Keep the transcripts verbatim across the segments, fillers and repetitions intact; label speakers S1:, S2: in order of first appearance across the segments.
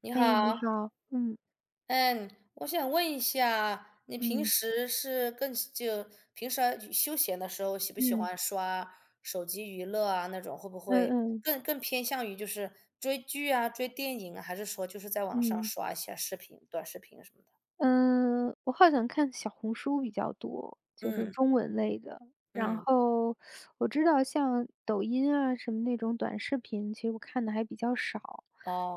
S1: 你
S2: 哎，你
S1: 好，
S2: 好。嗯。
S1: 嗯，我想问一下，你平
S2: 嗯。
S1: 时是更喜就平时啊休闲的时候，喜不喜
S2: 嗯。
S1: 欢刷手机娱乐啊？那种会不
S2: 嗯
S1: 会
S2: 嗯。
S1: 更更偏向于就是追剧啊、追电影啊，还是说就是在网上
S2: 嗯。
S1: 刷一下视频、短视频什么的？
S2: 嗯，我好像看小红书比较多，就是
S1: 嗯
S2: 中文类的。然
S1: 嗯，
S2: 后我知道像抖音啊什么那种短视频，其实我看的还比较少。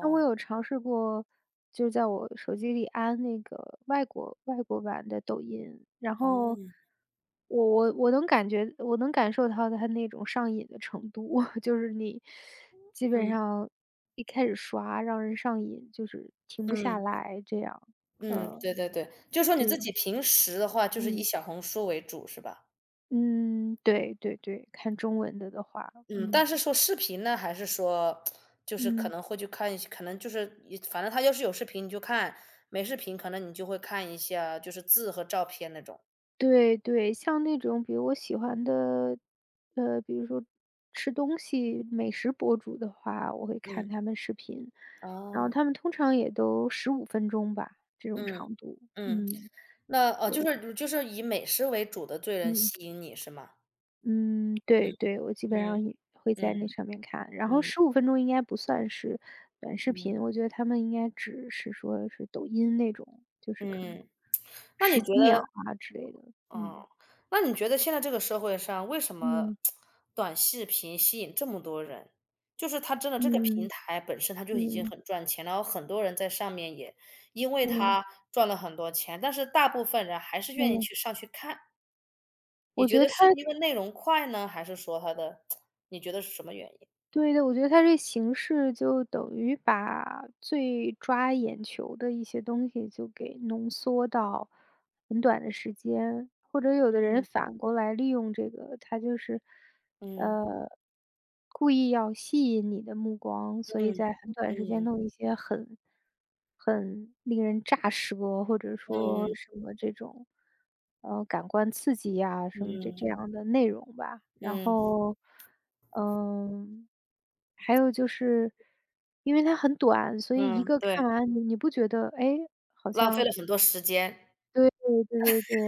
S2: 那我有尝试过，就在我手机里安那个外国外国版的抖音，然后
S1: 哦，
S2: 我我我能感觉，我能感受到它那种上瘾的程度，就是你基本
S1: 嗯
S2: 上一开始刷，让人上瘾，就是停不下
S1: 嗯
S2: 来这样。
S1: 嗯，
S2: 呃，
S1: 对对对，就说你
S2: 对。
S1: 自己平时的话，就是以
S2: 嗯。
S1: 小红书为主，是吧？
S2: 嗯。对对对，看中文的的话。
S1: 嗯，
S2: 嗯
S1: 但是说视频呢，还是说就是可
S2: 嗯。
S1: 能会去看一些，可能就是一反正他要是有视频你就看，没视频可能你就会看一下，就是字和照片那种。
S2: 对对，像那种比如我喜欢的，呃，比如说吃东西美食博主的话，我会看
S1: 嗯，
S2: 他们视频，然后
S1: 哦，
S2: 他们通常也都十五分钟吧，这种
S1: 嗯
S2: 长度。
S1: 嗯，
S2: 嗯
S1: 那哦，就是就是以美食为主的罪人
S2: 嗯。
S1: 吸引你是吗？
S2: 嗯，对对，我基本上
S1: 嗯
S2: 也会在
S1: 嗯
S2: 那
S1: 嗯
S2: 上面看，然后
S1: 嗯
S2: 十五分钟应该不算是短视
S1: 嗯
S2: 频，我觉得他们应该只是说是抖音那种，就是可能
S1: 嗯，那你
S2: 十几
S1: 觉得
S2: 秒啊之类的。嗯。
S1: 哦，那你觉得现在这个社会上，为什么
S2: 嗯。
S1: 短视频吸引这么多人？就是它真的这个平
S2: 嗯。
S1: 台本身它就已经
S2: 嗯。
S1: 很赚钱，然后很多人在上面也因为
S2: 嗯。
S1: 它赚了很多钱，但是大部分人还是愿意
S2: 嗯。
S1: 去上去看。你
S2: 我
S1: 觉
S2: 觉得
S1: 得
S2: 他
S1: 是因为内容快呢，还是说它的你觉得是什么原因？
S2: 对的，我觉得他这形式就等于把最抓眼球的一些东西就给浓缩到很短的时间，或者有的人
S1: 嗯
S2: 反过来利用这个，他就是
S1: 嗯
S2: 呃，故意要吸引你的目光，所以
S1: 嗯
S2: 在很短时间
S1: 嗯
S2: 弄一些很很令人炸舌，或者说
S1: 嗯
S2: 什么这种，呃，感官刺激呀，什么这
S1: 嗯
S2: 这样的内容吧。然
S1: 嗯
S2: 后，嗯，还有就是因为它很短，所以一
S1: 嗯，
S2: 个
S1: 对，
S2: 看完你你不觉得，哎，
S1: 浪费了很多时间，
S2: 对对对对。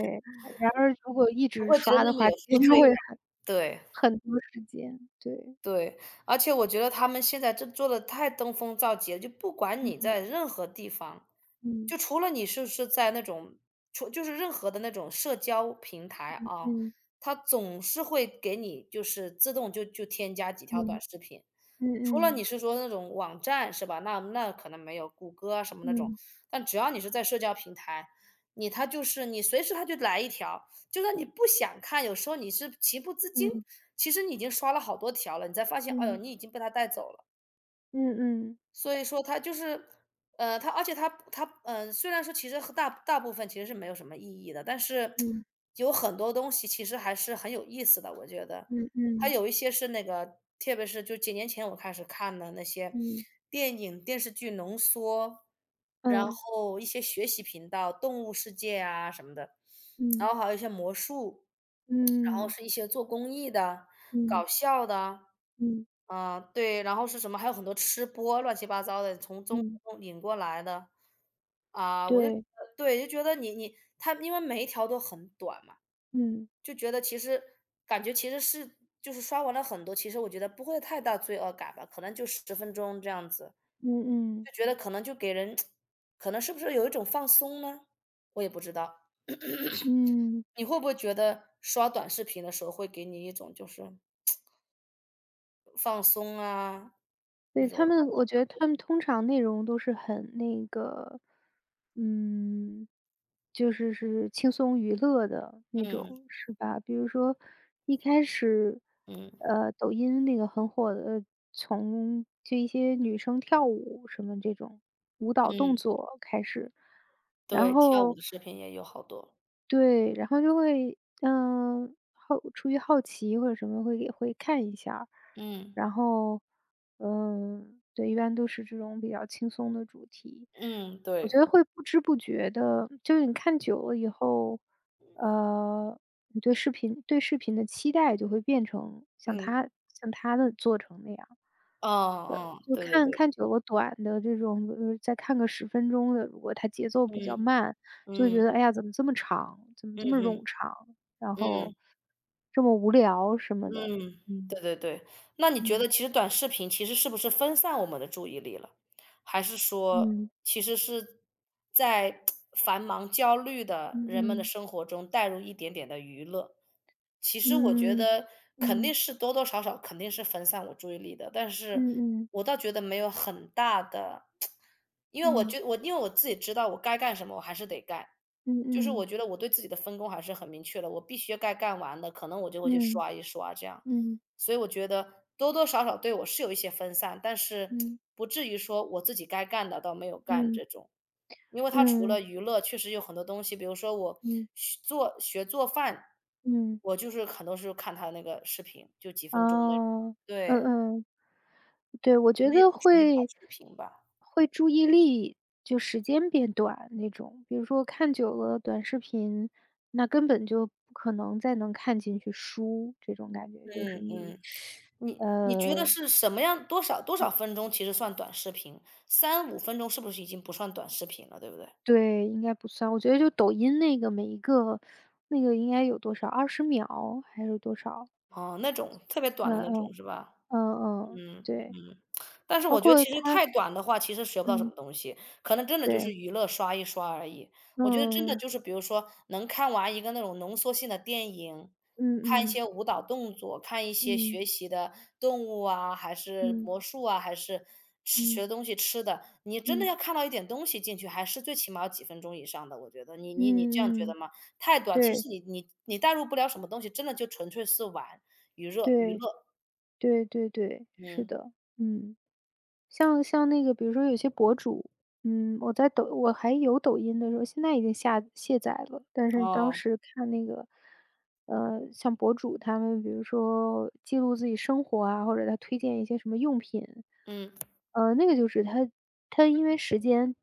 S2: 然而如果一
S1: 不
S2: 直
S1: 会觉得
S2: 刷
S1: 那
S2: 的
S1: 么
S2: 话，
S1: 有负
S2: 其实
S1: 罪
S2: 会
S1: 感。
S2: 很
S1: 对。
S2: 很多时间，对。
S1: 对，而且我觉得他们现在这做的太登峰造极了，就不管你
S2: 嗯。
S1: 在任何地方，
S2: 嗯。
S1: 就除了你是是在那种除就是任何的那种社交平台啊，
S2: 嗯。
S1: 它总是会给你就是自动就就添加几条短
S2: 嗯。
S1: 视频。
S2: 嗯。
S1: 除了
S2: 嗯。
S1: 你是说那种网站是吧？那那可能没有，谷歌啊什么那种，
S2: 嗯。
S1: 但只要你是在社交平台，你它就是你随时它就来一条，就算你不想看，有时候你是情不自禁，
S2: 嗯。
S1: 其实你已经刷了好多条了，你才发现，哎呦，
S2: 嗯。
S1: 你
S2: 嗯。
S1: 已经被他带走了。
S2: 嗯。
S1: 所以说他就是，呃，他而且他他嗯，呃虽然说其实和大大部分其实是没有什么意义的，但是
S2: 嗯。嗯。
S1: 有很多东西其实还是很有意思的，我觉得。它
S2: 嗯。
S1: 有一些是那个，特别是就几年前我开始看的那些
S2: 嗯。
S1: 电影、电视剧浓缩，然
S2: 嗯。
S1: 后一些学习频道，动物世界啊什么的，然后还有一些魔术，然后
S2: 嗯。
S1: 是一些做公益的、搞
S2: 嗯。
S1: 笑的，
S2: 嗯，
S1: 啊、对，然后是什么？还有很多吃播，乱七八糟的，从中
S2: 嗯
S1: 国引过来的，啊、我就觉
S2: 对，
S1: 得对，就觉得你你他，因为每一条都很短嘛。
S2: 嗯。
S1: 就觉得其实感觉其实是就是刷完了很多，其实我觉得不会太大罪恶感吧，可能就十分钟这样子，
S2: 嗯。嗯。
S1: 就觉得可能就给人可能是不是有一种放松呢？我也不知道。
S2: 嗯。
S1: 你会不会觉得刷短视频的时候会给你一种就是放松啊，那
S2: 对，
S1: 种。
S2: 他们我觉得他们通常内容都是很那个，嗯，就是是轻松娱乐的那
S1: 嗯，
S2: 种，是吧？比如说一开始，
S1: 嗯，
S2: 呃，抖音那个很火的，从就一些女生跳舞什么这种舞蹈动
S1: 嗯，
S2: 作开始，然
S1: 对，跳舞
S2: 后
S1: 的视频也有好多。
S2: 对，然后就会，嗯，好出于好奇或者什么会也会看一下儿，
S1: 嗯，
S2: 然后，嗯，对，一般都是这种比较轻松的主题。
S1: 嗯，
S2: 我
S1: 对，
S2: 觉得会不知不觉的，就是你看久了以后，呃，你对视频对视频的期待就会变成像
S1: 嗯，
S2: 他像他的做成那样。
S1: 嗯，
S2: 呃，
S1: 嗯，
S2: 就
S1: 对对
S2: 看
S1: 对，
S2: 看久了短的这种，呃，再看个十分钟的，如果它节奏比较
S1: 嗯，
S2: 慢，就会觉
S1: 嗯，
S2: 得，哎呀，怎么这么长，怎么
S1: 嗯
S2: 这么
S1: 嗯
S2: 冗长，然
S1: 嗯。
S2: 后这么无聊什么的。
S1: 嗯，对
S2: 嗯。
S1: 对对。那你觉
S2: 嗯。
S1: 得其实短视频其实是不是分散我们的注意力了？还是说
S2: 嗯。
S1: 其实是在繁忙焦虑的
S2: 嗯
S1: 人们的
S2: 嗯。
S1: 生活中带入一点点的娱乐？其实我觉
S2: 嗯。
S1: 得肯定
S2: 嗯。
S1: 是多多少少肯定是分散我注意力的，但是
S2: 嗯。嗯。
S1: 我倒觉得没有很大的，因为我
S2: 嗯。
S1: 觉我因为我自己知道我该干什么，我还是得干。就是我
S2: 嗯。
S1: 觉得我对自己的分工还是很明确的，我必须该干完的，可能我就会去
S2: 嗯。
S1: 刷一刷这样。
S2: 嗯。
S1: 所以我觉得多多少少对我是有一些分散，但是
S2: 嗯。嗯。
S1: 不至于说我自己该干的倒没有干
S2: 嗯。
S1: 这种。因为他除
S2: 嗯。
S1: 了娱乐，确实有很多东西，比如说我
S2: 嗯。嗯。
S1: 学做学做饭，
S2: 嗯。
S1: 我就是很多时候看他那个视频，就几分钟那种。
S2: 哦。嗯
S1: 对，
S2: 嗯。对，我
S1: 可
S2: 觉
S1: 能也
S2: 得
S1: 不属于短
S2: 会
S1: 视频吧。
S2: 会注意力就时间变短那种。比如说看久了短视频，那根本就不可能再能看进去书，这种感觉就是
S1: 嗯
S2: 你。
S1: 嗯，你你觉得
S2: 呃，
S1: 是什么样多少多少分钟其实算短视频三五分钟是不是已经不算短视频了，对不对？
S2: 对，应该不算。我觉得就抖音那个每一个那个应该有多少二十秒还是多少？
S1: 哦，那种特别
S2: 嗯
S1: 短的那种
S2: 嗯。
S1: 是吧？
S2: 嗯嗯。
S1: 嗯
S2: 对，
S1: 嗯，但是
S2: 包
S1: 我觉得
S2: 括
S1: 其实
S2: 它。
S1: 太短的话，其实学不到什
S2: 嗯。
S1: 么东西，可能真的就
S2: 对。
S1: 是娱乐刷一刷而已。我觉得真的
S2: 嗯，
S1: 就是比如说能看完一个那种浓缩性的电影，
S2: 嗯。
S1: 看一
S2: 嗯
S1: 些舞蹈动作，看一些
S2: 嗯。
S1: 学习的动物啊，还是
S2: 嗯。
S1: 魔术啊，还是吃学
S2: 嗯。
S1: 的东西吃的，你真的
S2: 嗯。
S1: 要看到一点东西进去，还是最起码要几分钟以上的。我觉得你你你这样觉
S2: 嗯。
S1: 得
S2: 嗯。
S1: 吗？太短，其
S2: 对
S1: 实你你你带入不了什么东西，真的就纯粹是玩娱乐娱
S2: 对
S1: 乐，
S2: 对对对，是
S1: 嗯，
S2: 的。嗯，像像那个比如说有些博主，嗯，我在抖我还有抖音的时候，现在已经下卸载了，但是当
S1: 哦。
S2: 时看那个，呃，像博主他们比如说记录自己生活啊，或者他推荐一些什么用品，
S1: 嗯
S2: 呃，那个就是他他因为时间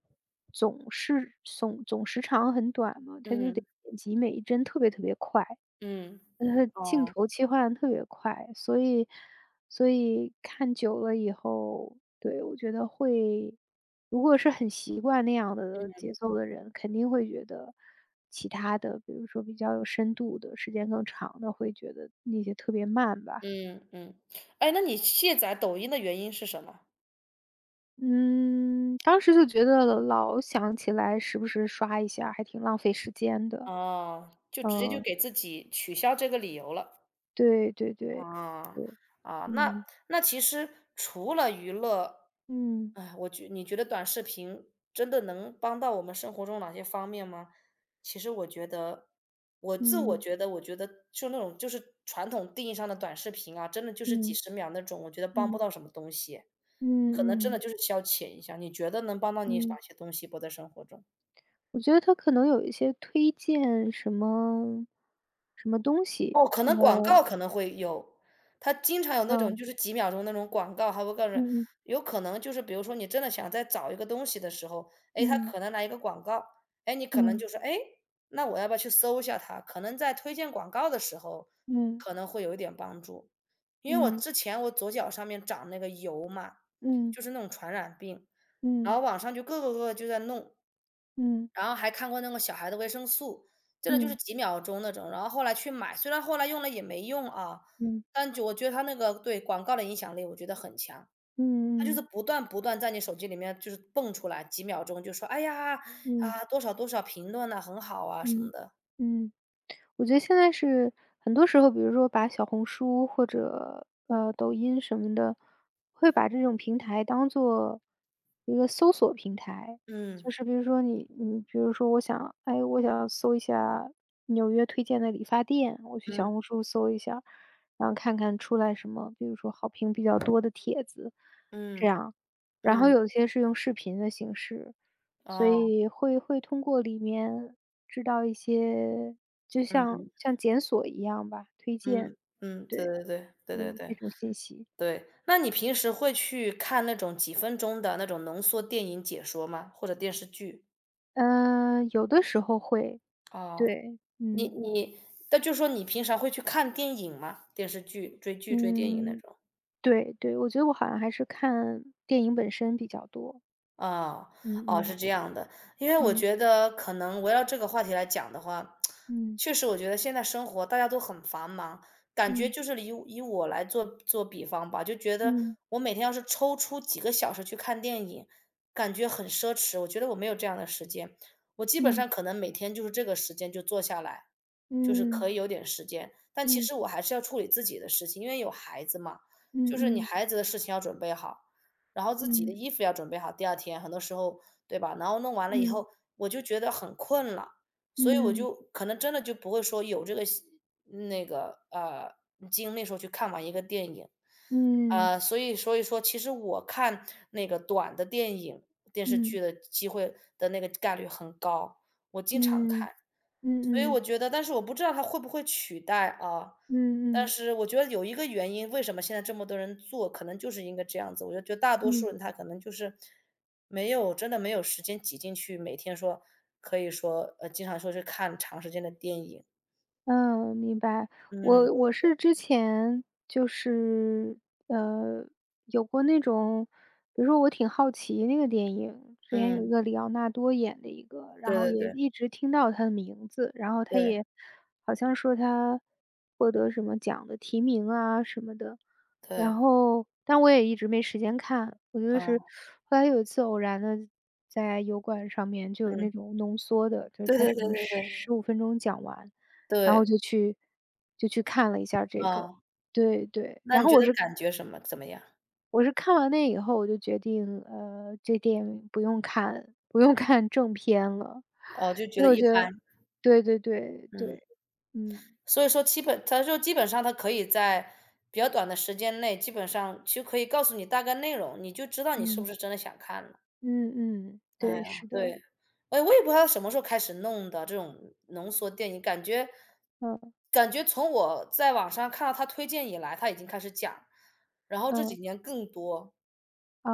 S2: 总是总总时长很短嘛，他就得
S1: 嗯
S2: 剪辑每一帧特别特别快。
S1: 嗯，
S2: 呃，镜
S1: 哦，
S2: 头切换得特别快，所以所以看久了以后，对，我觉得会如果是很习惯那样的
S1: 嗯
S2: 节奏的人，肯定会觉得其他的，比如说比较有深度的、时间更长的，会觉得那些特别慢吧。
S1: 嗯嗯哎，那你卸载抖音的原因是什么？
S2: 嗯，当时就觉得老想起来时不时刷一下，还挺浪费时间的。
S1: 哦，就直接就
S2: 嗯，
S1: 给自己取消这个理由了。
S2: 对对对
S1: 啊，
S2: 对。
S1: 啊，那
S2: 嗯。
S1: 那其实除了娱乐，
S2: 嗯。
S1: 哎，我觉你觉得短视频真的能帮到我们生活中哪些方面吗？其实我觉得，我自我
S2: 嗯。
S1: 觉得，我觉得就那种就是传统定义上的短视频啊，真的就是几
S2: 嗯。
S1: 十秒那种，我觉得帮不
S2: 嗯。
S1: 到什么东西。
S2: 嗯。
S1: 可能真的
S2: 嗯。
S1: 就是消遣一下，你觉得能帮到你
S2: 嗯，
S1: 哪些东西不？在生活中，
S2: 我觉得他可能有一些推荐什么什么东西。
S1: 哦，可能广
S2: 呃，
S1: 告可能会有，他经常有那种就是几秒钟那种广告，还会告诉人
S2: 嗯。
S1: 有可能就是比如说你真的想再找一个东西的时候，哎，他
S2: 嗯。
S1: 可能来一个广告，哎，你可能
S2: 嗯。
S1: 就说：“哎，那我要不要去搜一下它？”可能在推荐广告的时候，
S2: 嗯。
S1: 可能会有一点帮助。因为我
S2: 嗯。
S1: 之前我左脚上面长那个疣嘛，
S2: 嗯。
S1: 就是那种传染病，然
S2: 嗯。
S1: 后网上就各个各个就在弄。
S2: 嗯。嗯。
S1: 然后还看过那个小孩的维生素，真的就是
S2: 嗯。
S1: 几秒钟那种。然后后来去买，虽然后来用了也没用啊，
S2: 嗯。嗯。
S1: 但就我觉得它那个对广告的影响力，我觉得很强。它就
S2: 嗯。
S1: 是
S2: 嗯。
S1: 不断不断在你手机里面就是蹦出来，几秒钟就说：“哎呀，
S2: 嗯。
S1: 啊多少多少评论呐，很好啊什么
S2: 嗯。
S1: 的。”
S2: 嗯，我觉得现在是很多时候，比如说把小红书或者，呃，抖音什么的，会把这种平台当做一个搜索平台。就
S1: 嗯
S2: 是比如说你你比如说我想哎，我想搜一下纽约推荐的理发店，我去小
S1: 嗯
S2: 红书搜一下，然后看看出来什么，比如说好评比较多的帖子，这
S1: 嗯
S2: 样。然后
S1: 嗯，
S2: 有些是用视频的形式，所
S1: 哦，
S2: 以会会通过里面知道一些，就
S1: 嗯
S2: 像
S1: 嗯
S2: 像检索一样吧，推
S1: 嗯
S2: 荐，
S1: 嗯，对
S2: 对。
S1: 对对对对
S2: 嗯，这
S1: 对
S2: 种信息。
S1: 对。那你平时会去看那种几分钟的那种浓缩电影解说吗？或者电视剧？
S2: 嗯，有的时候会，
S1: 哦，
S2: 对。
S1: 你
S2: 嗯。
S1: 你那就说你平常会去看电影吗？电视剧、追剧、追电影那
S2: 嗯，
S1: 种？
S2: 对对，我觉得我好像还是看电影本身比较多。
S1: 啊，
S2: 嗯。
S1: 哦，是
S2: 嗯。
S1: 这样的。因为我
S2: 嗯。
S1: 觉得可能围绕这个话题来讲的话，
S2: 嗯。
S1: 确实我觉得现在生活大家都很繁忙，感觉
S2: 嗯。
S1: 就是以以我来做做比方吧，就觉得
S2: 嗯。
S1: 我每天要是抽出几个小时去看电影，感觉很奢侈，我觉得我没有这样的时间。我基本
S2: 嗯。
S1: 上可能每天就是这个时间就坐下来，就是
S2: 嗯。
S1: 可以有点时间，但其
S2: 嗯。
S1: 实我还是要处理自己的事情，因为有孩子嘛，就是你
S2: 嗯。嗯。
S1: 孩子的事情要准备好。然后自己的
S2: 嗯。
S1: 衣服要准备好，第二天很多时候，对吧？然后弄完了以
S2: 嗯。
S1: 后，我就觉得很困了，所以我
S2: 嗯。
S1: 就可能真的就不会说有这个习那个，呃，精力说去看完一个电影。
S2: 嗯。
S1: 呃，所以所以说其实我看那个短的电影、电视
S2: 嗯。
S1: 剧
S2: 嗯。
S1: 的机会的那个概率很高，我经常
S2: 嗯。
S1: 看。所以我
S2: 嗯。
S1: 觉得但是我不知道它会不会取代啊，
S2: 嗯。
S1: 但
S2: 嗯。
S1: 是我觉得有一个原因，为什么现在这么多人做，可能就是因为这样子。我就觉得大多数
S2: 嗯。
S1: 人他可能就是没有真的没有时间挤进去，每天说可以说，呃，经常说是看长时间的电影。
S2: 嗯，明白。
S1: 嗯，
S2: 我
S1: 嗯。
S2: 我是之前就是，呃，有过那种，比如说我挺好奇那个电影，之前有
S1: 嗯
S2: 一个里奥纳多演的一个，然后也一直听到他的名字，然后他也好像说他获得什么奖的提名啊什么的。然后但我也一直没时间看，我觉得是后来有一次偶然的，在油管上面就有那种浓缩的，就是
S1: 对
S2: 他
S1: 对
S2: 什
S1: 对
S2: 么
S1: 对对，嗯嗯
S2: 十五分钟讲完。
S1: 对对对
S2: 然
S1: 对对
S2: 后
S1: 对，
S2: 就去就去看了一下这个，
S1: 啊，
S2: 对对，
S1: 那
S2: 然
S1: 你
S2: 后
S1: 觉
S2: 我
S1: 得
S2: 是
S1: 感觉什么怎么样？
S2: 我是看完那以后，我就决定，呃，这电影不用看不用看正片了，
S1: 哦，就觉
S2: 因
S1: 得
S2: 为我
S1: 一
S2: 觉得
S1: 般，
S2: 对对对
S1: 嗯。
S2: 对。嗯
S1: 所以说基本他就基本上他可以在比较短的时间内，基本上就可以告诉你大概内容，你就知道你是不
S2: 嗯。
S1: 是真的想看了。
S2: 嗯。嗯。
S1: 哎呀，
S2: 对，是
S1: 对，
S2: 的。
S1: 哎，我也不知道他什么时候开始弄的这种浓缩电影，感觉
S2: 嗯
S1: 感觉从我在网上看到他推荐以来，他已经开始讲，然后这几
S2: 嗯。
S1: 年更多。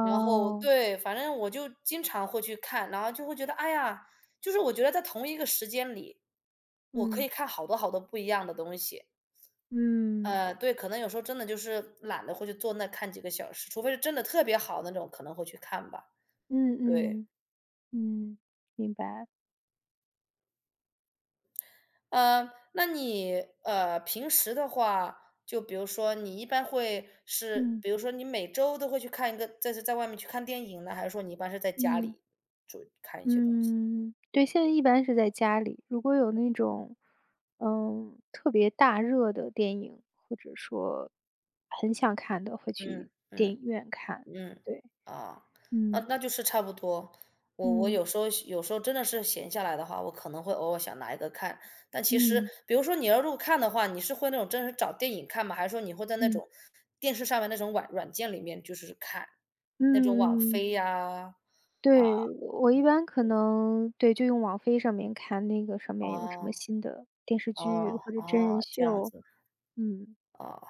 S1: 然后对，反正我就经常会去看，然后就会觉得，哎呀，就是我觉得在同一个时间里，我可
S2: 嗯。
S1: 以看好多好多不一样的东西。
S2: 嗯。
S1: 呃，对，可能有时候真的就是懒得会去坐那看几个小时，除非是真的特别好那种，可能会去看吧。
S2: 嗯。
S1: 对，
S2: 嗯。嗯，明白。
S1: 呃，那你呃平时的话，就比如说你一般会是，
S2: 嗯
S1: 比如说你每周都会去看一个，在在外面去看电影呢，还是说你一般是在家
S2: 嗯。
S1: 里就看一些东西？
S2: 嗯，对，现在一般是在家里，如果有那种，嗯，特别大热的电影，或者说很想看的，会去
S1: 嗯
S2: 电
S1: 嗯。
S2: 影院看，
S1: 嗯，
S2: 对。
S1: 啊，啊，
S2: 嗯。
S1: 那就是差不多。我我
S2: 嗯。
S1: 有时候有时候真的是闲下来的话，我可能会偶尔想拿一个看。但其实，
S2: 嗯。
S1: 比如说你要如果看的话，你是会那种真是找电影看吗？还是说你会在那
S2: 嗯。
S1: 种电视上面那种软软件里面就是看那种网
S2: 嗯嗯。
S1: 飞呀？
S2: 对，我一般可能对，就用网飞上面看那个上面有什么
S1: 哦
S2: 新的电视剧
S1: 哦
S2: 或者真
S1: 哦，
S2: 人
S1: 这样
S2: 秀。
S1: 子，
S2: 嗯。
S1: 啊。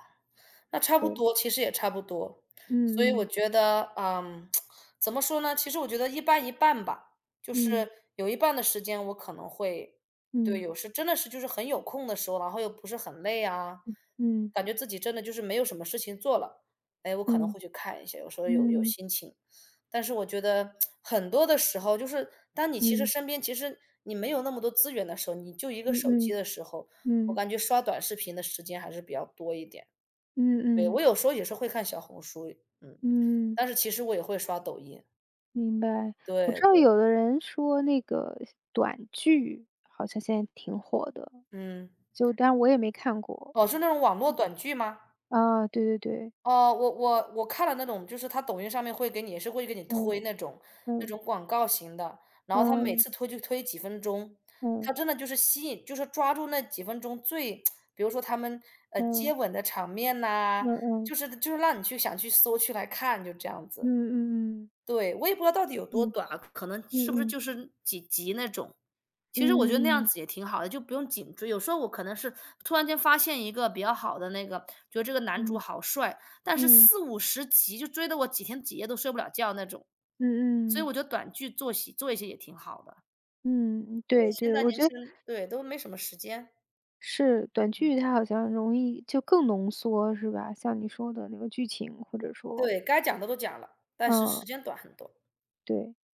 S1: 那差不
S2: 对。
S1: 多，其实也差不多。所以
S2: 嗯
S1: 我
S2: 嗯。
S1: 觉得，嗯，怎么说呢？其实我觉得一半一半吧，就
S2: 嗯。
S1: 是有一半的时间我可能会对，
S2: 嗯。
S1: 有时真的是就是很有空的时候，然后又不是很累啊，
S2: 嗯。
S1: 感觉自己真的就是没有什么事情做了，哎，我可能
S2: 嗯。
S1: 会去看一下，有时候有有
S2: 嗯。嗯。
S1: 心情。但是我觉得很多的时候，就是当你其实
S2: 嗯
S1: 身边其实你没有那么多资源的时候，你就一个
S2: 嗯。
S1: 手机
S2: 嗯。
S1: 的时候，我
S2: 嗯。
S1: 感觉刷短视频的时间还是比较多一点。
S2: 嗯
S1: 对，我
S2: 嗯。
S1: 有时候也是会看小红书，嗯，
S2: 嗯，
S1: 但是其实我也会刷抖音，
S2: 明白。我
S1: 对
S2: 知道
S1: 对，
S2: 有的人说那个短剧好像现在挺火的，
S1: 嗯。
S2: 就但我也没看过。
S1: 哦，是那种网络短剧吗？
S2: 啊，对对对。
S1: 哦，我我我看了那种，就是他抖音上面会给你也是会给你
S2: 嗯。
S1: 推那种那
S2: 嗯。
S1: 种广告型的，然后他每
S2: 嗯。
S1: 次推就推几分钟，
S2: 嗯。
S1: 他真的就是吸引就是抓住那几分钟最 比如说他们，呃，接
S2: 嗯。
S1: 吻的场面呐，
S2: 嗯
S1: 就
S2: 嗯。
S1: 是就是让你去想去搜去来看，就这样
S2: 嗯
S1: 子。
S2: 嗯。
S1: 对，我也不知道到底有多
S2: 嗯。
S1: 短啊，可能
S2: 嗯
S1: 是不是
S2: 嗯。
S1: 就是几集那种。其实我觉得那样
S2: 嗯嗯。
S1: 子也挺好的，就不用紧追。有时候我可能是突然间发现一个比较好的那个，觉得这个男主好帅，但是
S2: 嗯
S1: 四五十集就追得我几天几夜都睡不了觉那种。所
S2: 嗯。
S1: 以
S2: 嗯。
S1: 我觉得短剧做些做一些也挺好的。
S2: 嗯，
S1: 对，
S2: 对
S1: 现
S2: 对，
S1: 在
S2: 我
S1: 年
S2: 觉得
S1: 轻人对，都没什么时间，
S2: 是短剧它好像容易就更浓缩是吧？像你说的那个剧情或者说。
S1: 对，该讲的都讲了，但是时
S2: 嗯，
S1: 间短很多。
S2: 对。